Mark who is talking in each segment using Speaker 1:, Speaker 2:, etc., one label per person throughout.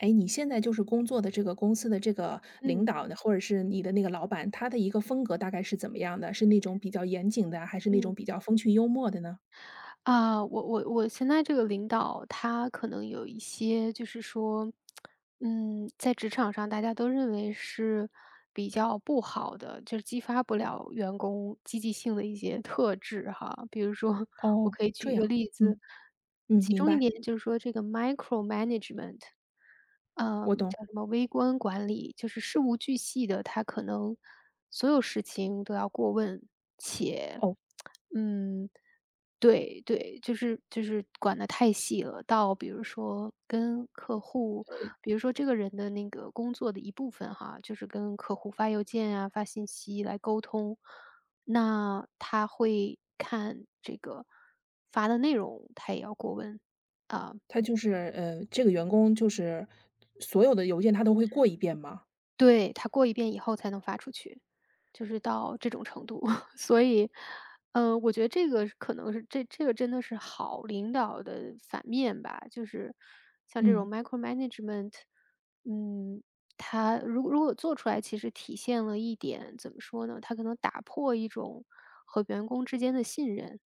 Speaker 1: 哎，你现在就是工作的这个公司的这个领
Speaker 2: 嗯
Speaker 1: 导呢，或者是你的那个老板，他的一个风格大概是怎么样的？是那种比较严谨的啊，还是那
Speaker 2: 嗯，
Speaker 1: 种比较风趣幽默的呢？
Speaker 2: 啊，我现在这个领导他可能有一些就是说，在职场上大家都认为是比较不好的，就是激发不了员工积极性的一些特质哈。比如说，我
Speaker 1: 哦，
Speaker 2: 可以举
Speaker 1: 这
Speaker 2: 一个
Speaker 1: 样。
Speaker 2: 例
Speaker 1: 嗯
Speaker 2: 子，其
Speaker 1: 明
Speaker 2: 中一
Speaker 1: 白。
Speaker 2: 点就是说这个 micro management，
Speaker 1: 我懂。
Speaker 2: 叫什么微观管理，就是事无巨细的，他可能所有事情都要过问，且，
Speaker 1: 哦，
Speaker 2: 嗯。对对，就是管的太细了，到比如说跟客户，比如说这个人的那个工作的一部分哈，就是跟客户发邮件啊、发信息来沟通，那他会看这个发的内容，他也要过问啊。
Speaker 1: 他就是这个员工就是所有的邮件他都会过一遍吗？
Speaker 2: 对，他过一遍以后才能发出去，就是到这种程度。所以，我觉得这个是可能是这个真的是好领导的反面吧，就是像这
Speaker 1: 嗯。
Speaker 2: 种 micromanagement,嗯，它如果做出来，其实体现了一点怎么说呢？它可能打破一种和员工之间的信任，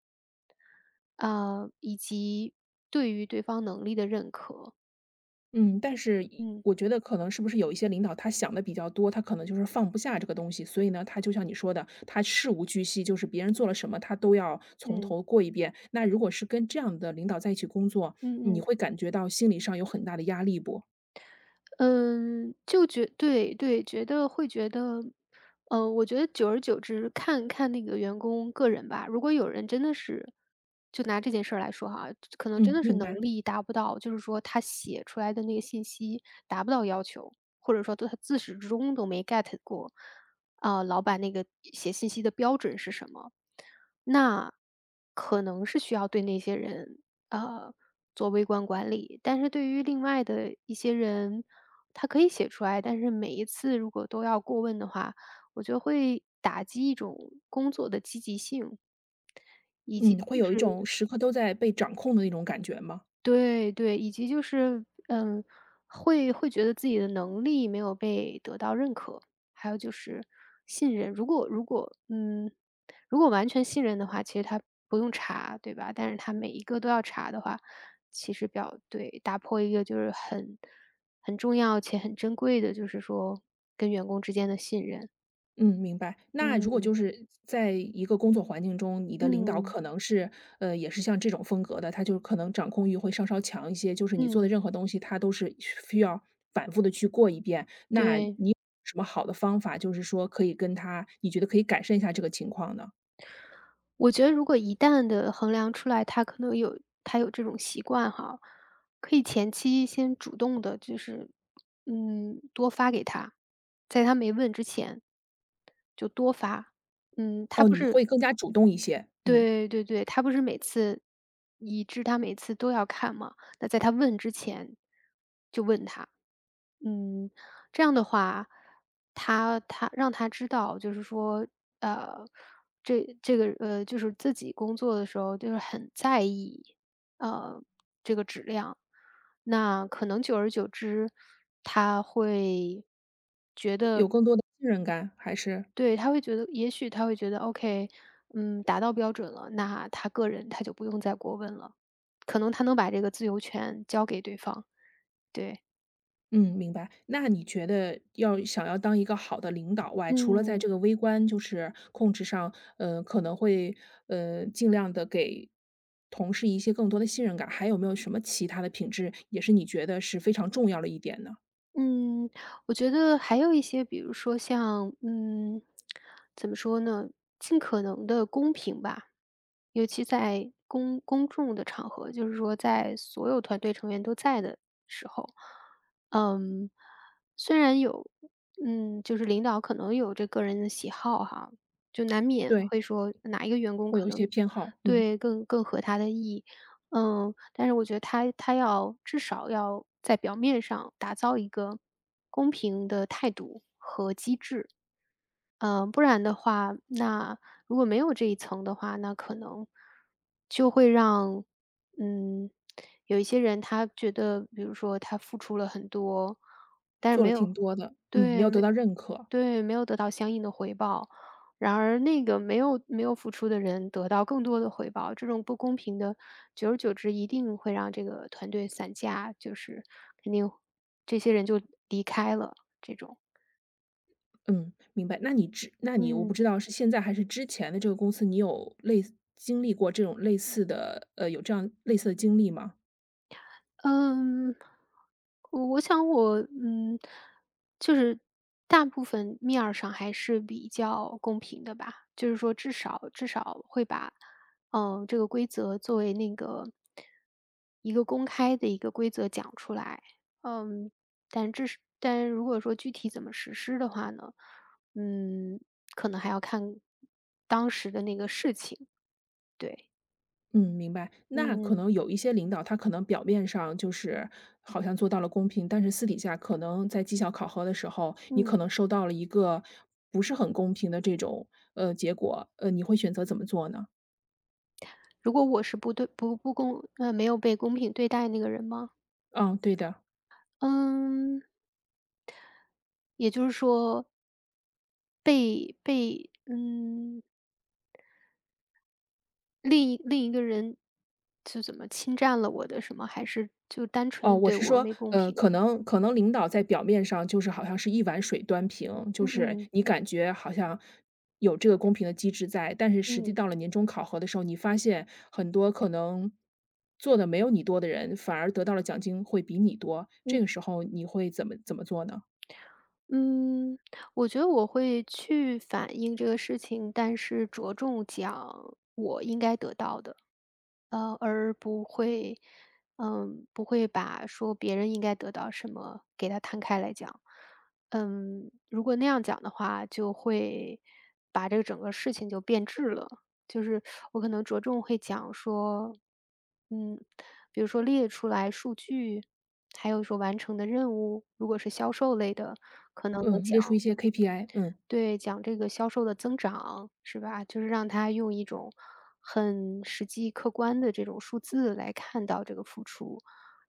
Speaker 2: 啊、以及对于对方能力的认可。
Speaker 1: 嗯，但是一
Speaker 2: 嗯
Speaker 1: 我觉得可能是不是有一些领导他想的比较多，他可能就是放不下这个东西，所以呢，他就像你说的，他事无巨细，就是别人做了什么，他都要从
Speaker 2: 嗯
Speaker 1: 头过一遍。那如果是跟这样的领导在一起工作，
Speaker 2: 嗯
Speaker 1: 你
Speaker 2: 嗯。
Speaker 1: 会感觉到心理上有很大的压力不？
Speaker 2: 嗯，对对，觉得会觉得，我觉得久而久之，看看那个员工个人吧。如果有人真的是，就拿这件事儿来说哈，可能真
Speaker 1: 嗯，
Speaker 2: 的是
Speaker 1: 明
Speaker 2: 能
Speaker 1: 白。
Speaker 2: 力达不到，就是说他写出来的那个信息达不到要求，或者说他自始至终都没 get 过，啊、老板那个写信息的标准是什么？那可能是需要对那些人，呃，做微观管理，但是对于另外的一些人，他可以写出来，但是每一次如果都要过问的话，我觉得会打击一种工作的积极性。就
Speaker 1: 嗯，会有一
Speaker 2: 是。
Speaker 1: 种时刻都在被掌控的那种感觉吗？
Speaker 2: 对对，以及就是，会觉得自己的能力没有被得到认可，还有就是信任。如果完全信任的话，其实他不用查，对吧？但是他每一个都要查的话，其实对，打破一个就是很重要且很珍贵的，就是说跟员工之间的信任。
Speaker 1: 嗯，明白。那如果就
Speaker 2: 嗯
Speaker 1: 是在一个工作环境中，你的领导
Speaker 2: 嗯
Speaker 1: 可能是，也是像这种风格的，他就是可能掌控欲会稍稍强一些，就是你做的
Speaker 2: 嗯，
Speaker 1: 任何东西，他都是需要反复的去过一遍。那
Speaker 2: 对。
Speaker 1: 你有什么好的方法，就是说可以跟他，你觉得可以改善一下这个情况呢？
Speaker 2: 我觉得如果一旦的衡量出来，他有这种习惯哈，可以前期先主动的，就是，多发给他，在他没问之前，就多发。嗯，他
Speaker 1: 哦，
Speaker 2: 不
Speaker 1: 你
Speaker 2: 是
Speaker 1: 会更加主动一些，嗯，
Speaker 2: 对对对，他不是每次他每次都要看嘛。那在他问之前就问他，嗯，这样的话，他让他知道，就是说，呃，这个，就是自己工作的时候，就是很在意，呃，这个质量。那可能久而久之，他会。
Speaker 1: 有更多的信任感，还是？
Speaker 2: 对，他会觉得也许他会觉得 OK,达到标准了，那他个人他就不用再过问了，可能他能把这个自由权交给对方，对。
Speaker 1: 嗯，明白。那你觉得要想要当一个好的领导外，除了在
Speaker 2: 嗯，
Speaker 1: 这个微观就是控制上，可能会，尽量的给同事一些更多的信任感，还有没有什么其他的品质，也是你觉得是非常重要的一点呢？
Speaker 2: 嗯，我觉得还有一些，比如说像，怎么说呢，尽可能的公平吧，尤其在公众的场合，就是说在所有团队成员都在的时候，嗯，虽然有，就是领导可能有这个人的喜好哈，就难免
Speaker 1: 对，
Speaker 2: 会说哪一个员工
Speaker 1: 会有
Speaker 2: 可
Speaker 1: 一些
Speaker 2: 能
Speaker 1: 偏好。嗯，
Speaker 2: 对更合他的意，但是我觉得他要至少要在表面上打造一个公平的态度制，不然的话，那如果没有这一层的话，那可能就会让，嗯，有一些人他觉得，比如说他付出了很多，但是
Speaker 1: 做了
Speaker 2: 没有
Speaker 1: 挺多的，嗯，没
Speaker 2: 对，
Speaker 1: 有得
Speaker 2: 没
Speaker 1: 到认可。
Speaker 2: 对，没有得到相应的回报。然而那个没有付出的人得到更多的回报，这种不公平的，久而久之一定会让这个团队散架，就是肯定这些人就离开了，这种。
Speaker 1: 嗯，明白。那你之那你我不
Speaker 2: 嗯。
Speaker 1: 知道是现在还是之前的这个公司，你有类似经历过这种类似的有这样类似的经历吗？
Speaker 2: 嗯，我我想我嗯，就是大部分面儿上还是比较公平的吧，就是说至少会把，这个规则作为那个一个公开的一个规则讲出来。嗯，但至是但如果说具体怎么实施的话呢，嗯，可能还要看当时的那个事情，对，
Speaker 1: 嗯，明白。那可
Speaker 2: 嗯
Speaker 1: 能有一些领导，他可能表面上就是好像做到了公平，但是私底下可能在绩效考核的时候，你可
Speaker 2: 嗯。
Speaker 1: 能收到了一个不是很公平的这种结果，你会选择怎么做呢？
Speaker 2: 如果我是不对不不公呃，没有被公平对待那个人吗？
Speaker 1: 嗯，对的。
Speaker 2: 嗯，也就是说被另一个人就怎么侵占了我的什么？还是就单纯
Speaker 1: 哦，
Speaker 2: 地
Speaker 1: 我
Speaker 2: 对
Speaker 1: 是
Speaker 2: 我
Speaker 1: 说，
Speaker 2: 没公平？
Speaker 1: 可能领导在表面上就是好像是一碗水端平，就
Speaker 2: 嗯
Speaker 1: 是
Speaker 2: 嗯，
Speaker 1: 你感觉好像有这个公平的机制在，但是实际
Speaker 2: 嗯。
Speaker 1: 到了年终考核的时候，你发现很多可能做的没有你多的人，反而得到了奖金会比你多，这个时候你会怎么做呢？
Speaker 2: 嗯，我觉得我会去反映这个事情，但是着重讲我应该得到的，而不会把说别人应该得到什么给他摊开来讲。如果那样讲的话，就会把这个整个事情就变质了。就是我可能着重会讲说，嗯，比如说列出来数据，还有说完成的任务，如果是销售类的，可能
Speaker 1: 嗯，列出一些 KPI，嗯。
Speaker 2: 对，讲这个销售的增长，是吧？就是让他用一种很实际客观的这种数字来看到这个付出，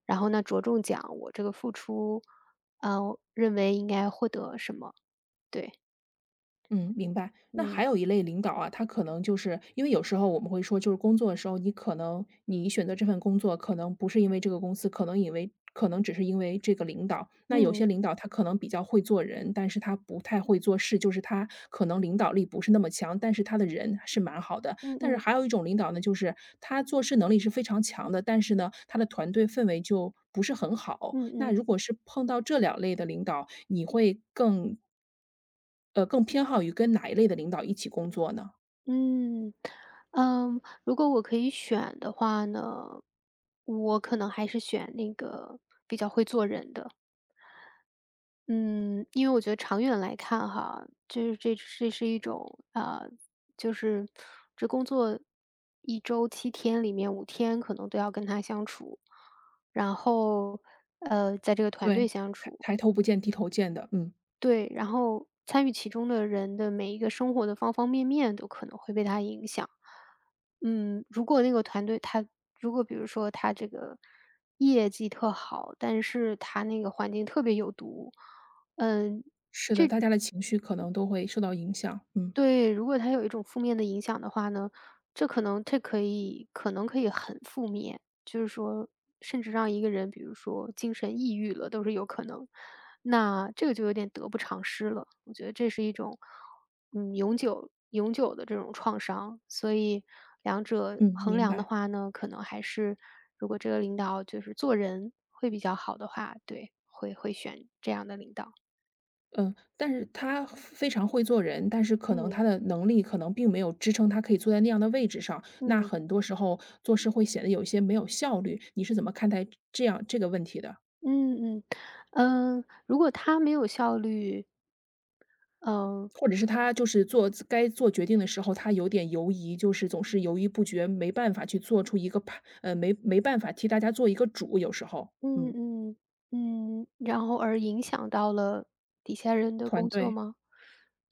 Speaker 2: 然后呢，着重讲我这个付出，认为应该获得什么？对，
Speaker 1: 嗯，明白。那还
Speaker 2: 嗯
Speaker 1: 有一类领导啊，他可能就是因为有时候我们会说，就是工作的时候，你可能你选择这份工作，可能不是因为这个公司，可能只是因为这个领导。那有些
Speaker 2: 嗯
Speaker 1: 领导他可能比较会做人，但是他不太会做事，就是他可能领导力不是那么强，但是他的人是蛮好的。
Speaker 2: 嗯嗯
Speaker 1: 但是
Speaker 2: 嗯
Speaker 1: 还有一种领导呢，就是他做事能力是非常强的，但是呢，他的团队氛围就不是很好。
Speaker 2: 嗯
Speaker 1: 那
Speaker 2: 嗯。
Speaker 1: 如果是碰到这两类的领导，你会更更偏好于跟哪一类的领导一起工作呢？
Speaker 2: 嗯，如果我可以选的话呢，我可能还是选那个比较会做人的。嗯，因为我觉得长远来看哈，就是这是一种啊、就是这工作一周7天里面5天可能都要跟他相处，然后在这个团队
Speaker 1: 对。
Speaker 2: 相
Speaker 1: 抬
Speaker 2: 处，
Speaker 1: 抬头不见低头见的，嗯，
Speaker 2: 对，然后参与其中的人的每一个生活的方方面面都可能会被它影响。如果那个团队他如果比如说他这个业绩特好，但是他那个环境特别有毒，嗯，
Speaker 1: 是的，大家的情绪可能都会受到影响，嗯，
Speaker 2: 对，如果他有一种负面的影响的话呢，这可能可以很负面，就是说甚至让一个人，比如说精神抑郁了都是有可能，那这个就有点得不偿失了。我觉得这是一种，永久永久的这种创伤，所以两者
Speaker 1: 嗯，
Speaker 2: 衡
Speaker 1: 明
Speaker 2: 量的
Speaker 1: 白。
Speaker 2: 话呢，可能还是如果这个领导就是做人会比较好的话，对，会会选这样的领导。
Speaker 1: 嗯，但是他非常会做人，但是可能他
Speaker 2: 嗯。
Speaker 1: 的能力可能并没有支撑他可以坐在那样的位置上，那
Speaker 2: 嗯。
Speaker 1: 很多时候做事会显得有一些没有效率，你是怎么看待这样这个问题的？
Speaker 2: 嗯嗯，如果他没有效率，嗯
Speaker 1: 或者是他就是做该做决定的时候，他有点犹疑，就是总是犹豫不决，没办法去做出一个判呃，没没办法替大家做一个主，有时候，
Speaker 2: 嗯
Speaker 1: 嗯，
Speaker 2: 嗯然后而影响到了底下人的
Speaker 1: 团
Speaker 2: 工作
Speaker 1: 队。
Speaker 2: 吗？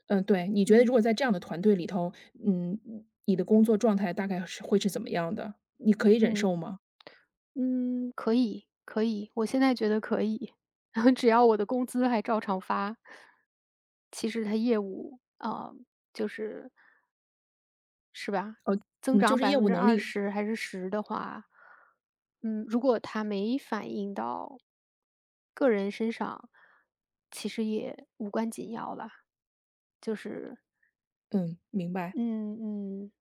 Speaker 1: 嗯，对，你觉得如
Speaker 2: 嗯
Speaker 1: 果在这样的团队里头，嗯，你的工作状态大概是会是怎么样的？你可以忍
Speaker 2: 嗯
Speaker 1: 受吗？
Speaker 2: 嗯，可以可以，我现在觉得可以，只要我的工资还照常发。其实他业务，啊，就是是吧？增
Speaker 1: 嗯，就
Speaker 2: 长
Speaker 1: 是
Speaker 2: 百
Speaker 1: 业
Speaker 2: 分
Speaker 1: 务
Speaker 2: 之
Speaker 1: 能
Speaker 2: 二
Speaker 1: 力。
Speaker 2: 十还是十的话，如果它没反映到个人身上，其实也无关紧要了。就是
Speaker 1: 嗯，明白。
Speaker 2: 嗯嗯，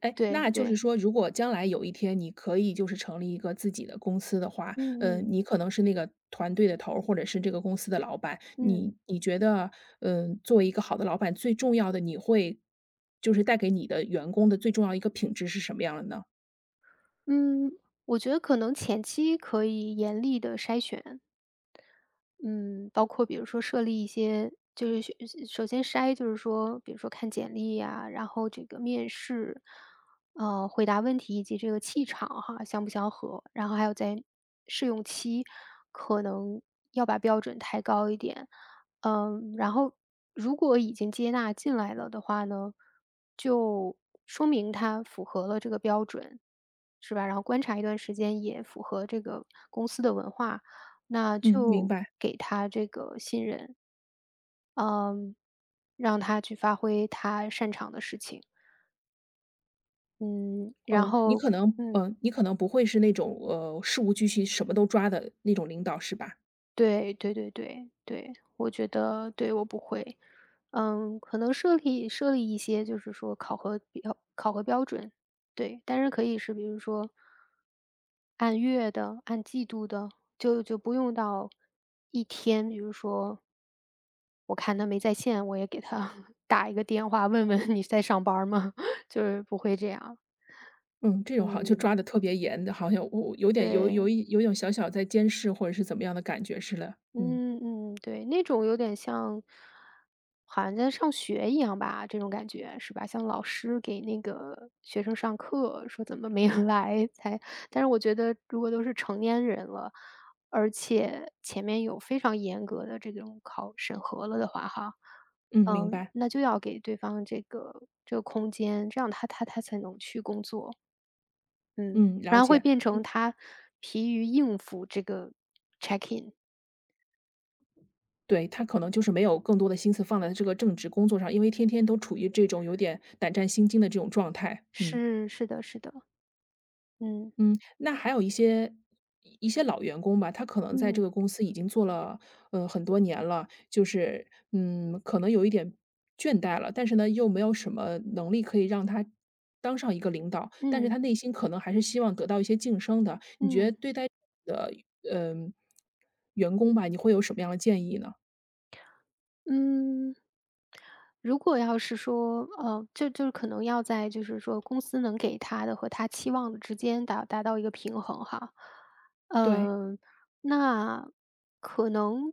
Speaker 1: 哎，那
Speaker 2: 对
Speaker 1: 就是
Speaker 2: 对，
Speaker 1: 说，如果将来有一天你可以就是成立一个自己的公司的话，
Speaker 2: 嗯嗯
Speaker 1: 你可能是那个团队的头儿，或者是这个公司的老板。
Speaker 2: 嗯，
Speaker 1: 你觉得，嗯、作为一个好的老板，最重要的你会就是带给你的员工的最重要一个品质是什么样的呢？
Speaker 2: 嗯，我觉得可能前期可以严厉的筛选。嗯，包括比如说设立一些就是首先就是说，比如说看简历呀，然后这个面试，回答问题以及这个气场哈，相不相合。然后还有在试用期，可能要把标准抬高一点。然后如果已经接纳进来了的话呢，就说明他符合了这个标准，是吧？然后观察一段时间也符合这个公司的文化。那
Speaker 1: 嗯，明
Speaker 2: 就
Speaker 1: 白。
Speaker 2: 给他这个信任，呃，让他去发挥他擅长的事情。嗯，然
Speaker 1: 哦，你
Speaker 2: 后
Speaker 1: 可能，
Speaker 2: 嗯，
Speaker 1: 嗯、你可能不会是那种事无巨细、什么都抓的那种领导，是吧？
Speaker 2: 对对对对对，我觉得对我不会。可能设立一些就是说考核标准，对，但是可以是比如说按月的、按季度的，就不用到一天，比如说我看他没在线，我也给他 打一个电话，问问你在上班儿吗？就是不会这样，
Speaker 1: 嗯，这种好像就
Speaker 2: 嗯。
Speaker 1: 抓的特别严的，好像我有点有有
Speaker 2: 对。
Speaker 1: 一有一种小小在监视或者是怎么样的感觉似的。嗯。
Speaker 2: 嗯嗯，对，那种有点像，好像在上学一样吧，这种感觉是吧？像老师给那个学生上课，说怎么没有 来才，但是我觉得如果都是成年人了，而且前面有非常严格的这种审核了的话，哈，
Speaker 1: 嗯，明白。
Speaker 2: 那就要给对方这个空间，这样他才能去工作，嗯，
Speaker 1: 嗯，
Speaker 2: 不
Speaker 1: 了
Speaker 2: 然会
Speaker 1: 解。
Speaker 2: 变成他疲于应付这个 check in。
Speaker 1: 对，他可能就是没有更多的心思放在这个正职工作上，因为天天都处于这种有点胆战心惊的这种状态。嗯。
Speaker 2: 是的，是的。嗯
Speaker 1: 嗯，那还有一些老员工吧，他可能在这
Speaker 2: 嗯
Speaker 1: 个公司已经做了很多年了，就是嗯，可能有一点倦怠了，但是呢，又没有什么能力可以让他当上一个领导，但是
Speaker 2: 嗯
Speaker 1: 他内心可能还是希望得到一些晋升的。你觉得
Speaker 2: 嗯
Speaker 1: 对待的嗯、呃嗯员工吧，你会有什么样的建议呢？
Speaker 2: 嗯。如果要是说，就是可能要在就是说公司能给他的和他期望的之间达到一个平衡哈。
Speaker 1: 对，
Speaker 2: 嗯，那可能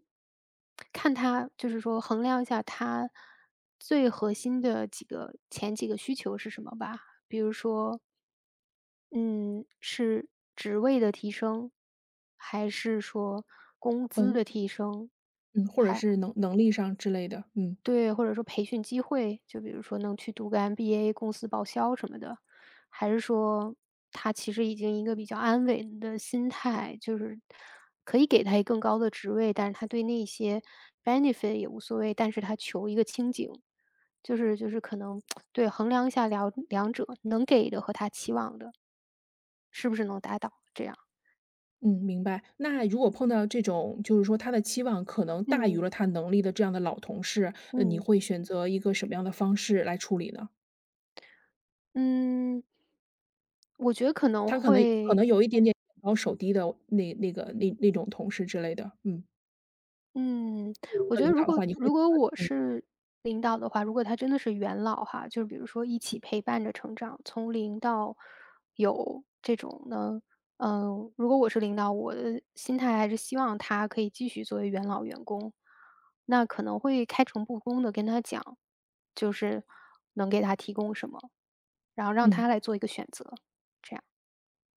Speaker 2: 看他就是说衡量一下他最核心的前几个需求是什么吧。比如说，嗯，是职位的提升，还是说工资
Speaker 1: 嗯，
Speaker 2: 的提升，
Speaker 1: 嗯，或者是能能力上之类的，嗯，
Speaker 2: 对，或者说培训机会，就比如说能去读个 MBA,公司报销什么的，还是说他其实已经一个比较安稳的心态，就是可以给他一更高的职位，但是他对那些 benefit 也无所谓，但是他求一个清静，就是可能 对衡量一下两者能给的和他期望的是不是能达到这样，
Speaker 1: 嗯，明白。那如果碰到这种，就是说他的期望可能大于
Speaker 2: 嗯
Speaker 1: 了他能力的这样的老同事，你
Speaker 2: 嗯
Speaker 1: 会选择一个什么样的方式来处理呢？
Speaker 2: 嗯，我觉得可能
Speaker 1: 他可能
Speaker 2: 会
Speaker 1: 有一点点眼高手低的那种同事之类的，嗯，
Speaker 2: 嗯，
Speaker 1: 作为一
Speaker 2: 我
Speaker 1: 个
Speaker 2: 觉
Speaker 1: 领
Speaker 2: 得如
Speaker 1: 导的
Speaker 2: 果
Speaker 1: 话，你会
Speaker 2: 如
Speaker 1: 怎
Speaker 2: 果我
Speaker 1: 么
Speaker 2: 是领导的话，如果他真的是元老哈，就是比如说一起陪伴着成长，从零到有这种呢，如果我是领导，我的心态还是希望他可以继续作为元老员工，那可能会开诚布公的跟他讲，就是能给他提供什么，然后让
Speaker 1: 嗯，嗯，
Speaker 2: 他来做一个选择，这样。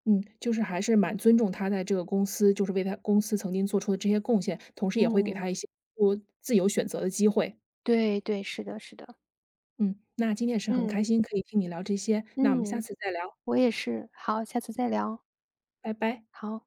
Speaker 1: 嗯，就是还是蛮尊重他在这个公司，就是为他公司曾经做出的这些贡献，同时也会给
Speaker 2: 嗯，
Speaker 1: 他一些多自由选择的机会。
Speaker 2: 对对，是的，是的，
Speaker 1: 嗯，那今天也是很
Speaker 2: 嗯
Speaker 1: 开心可以听你聊这些，那我们下
Speaker 2: 嗯，
Speaker 1: 次再聊，
Speaker 2: 我也是。好，下次再聊。
Speaker 1: 拜拜。
Speaker 2: 好。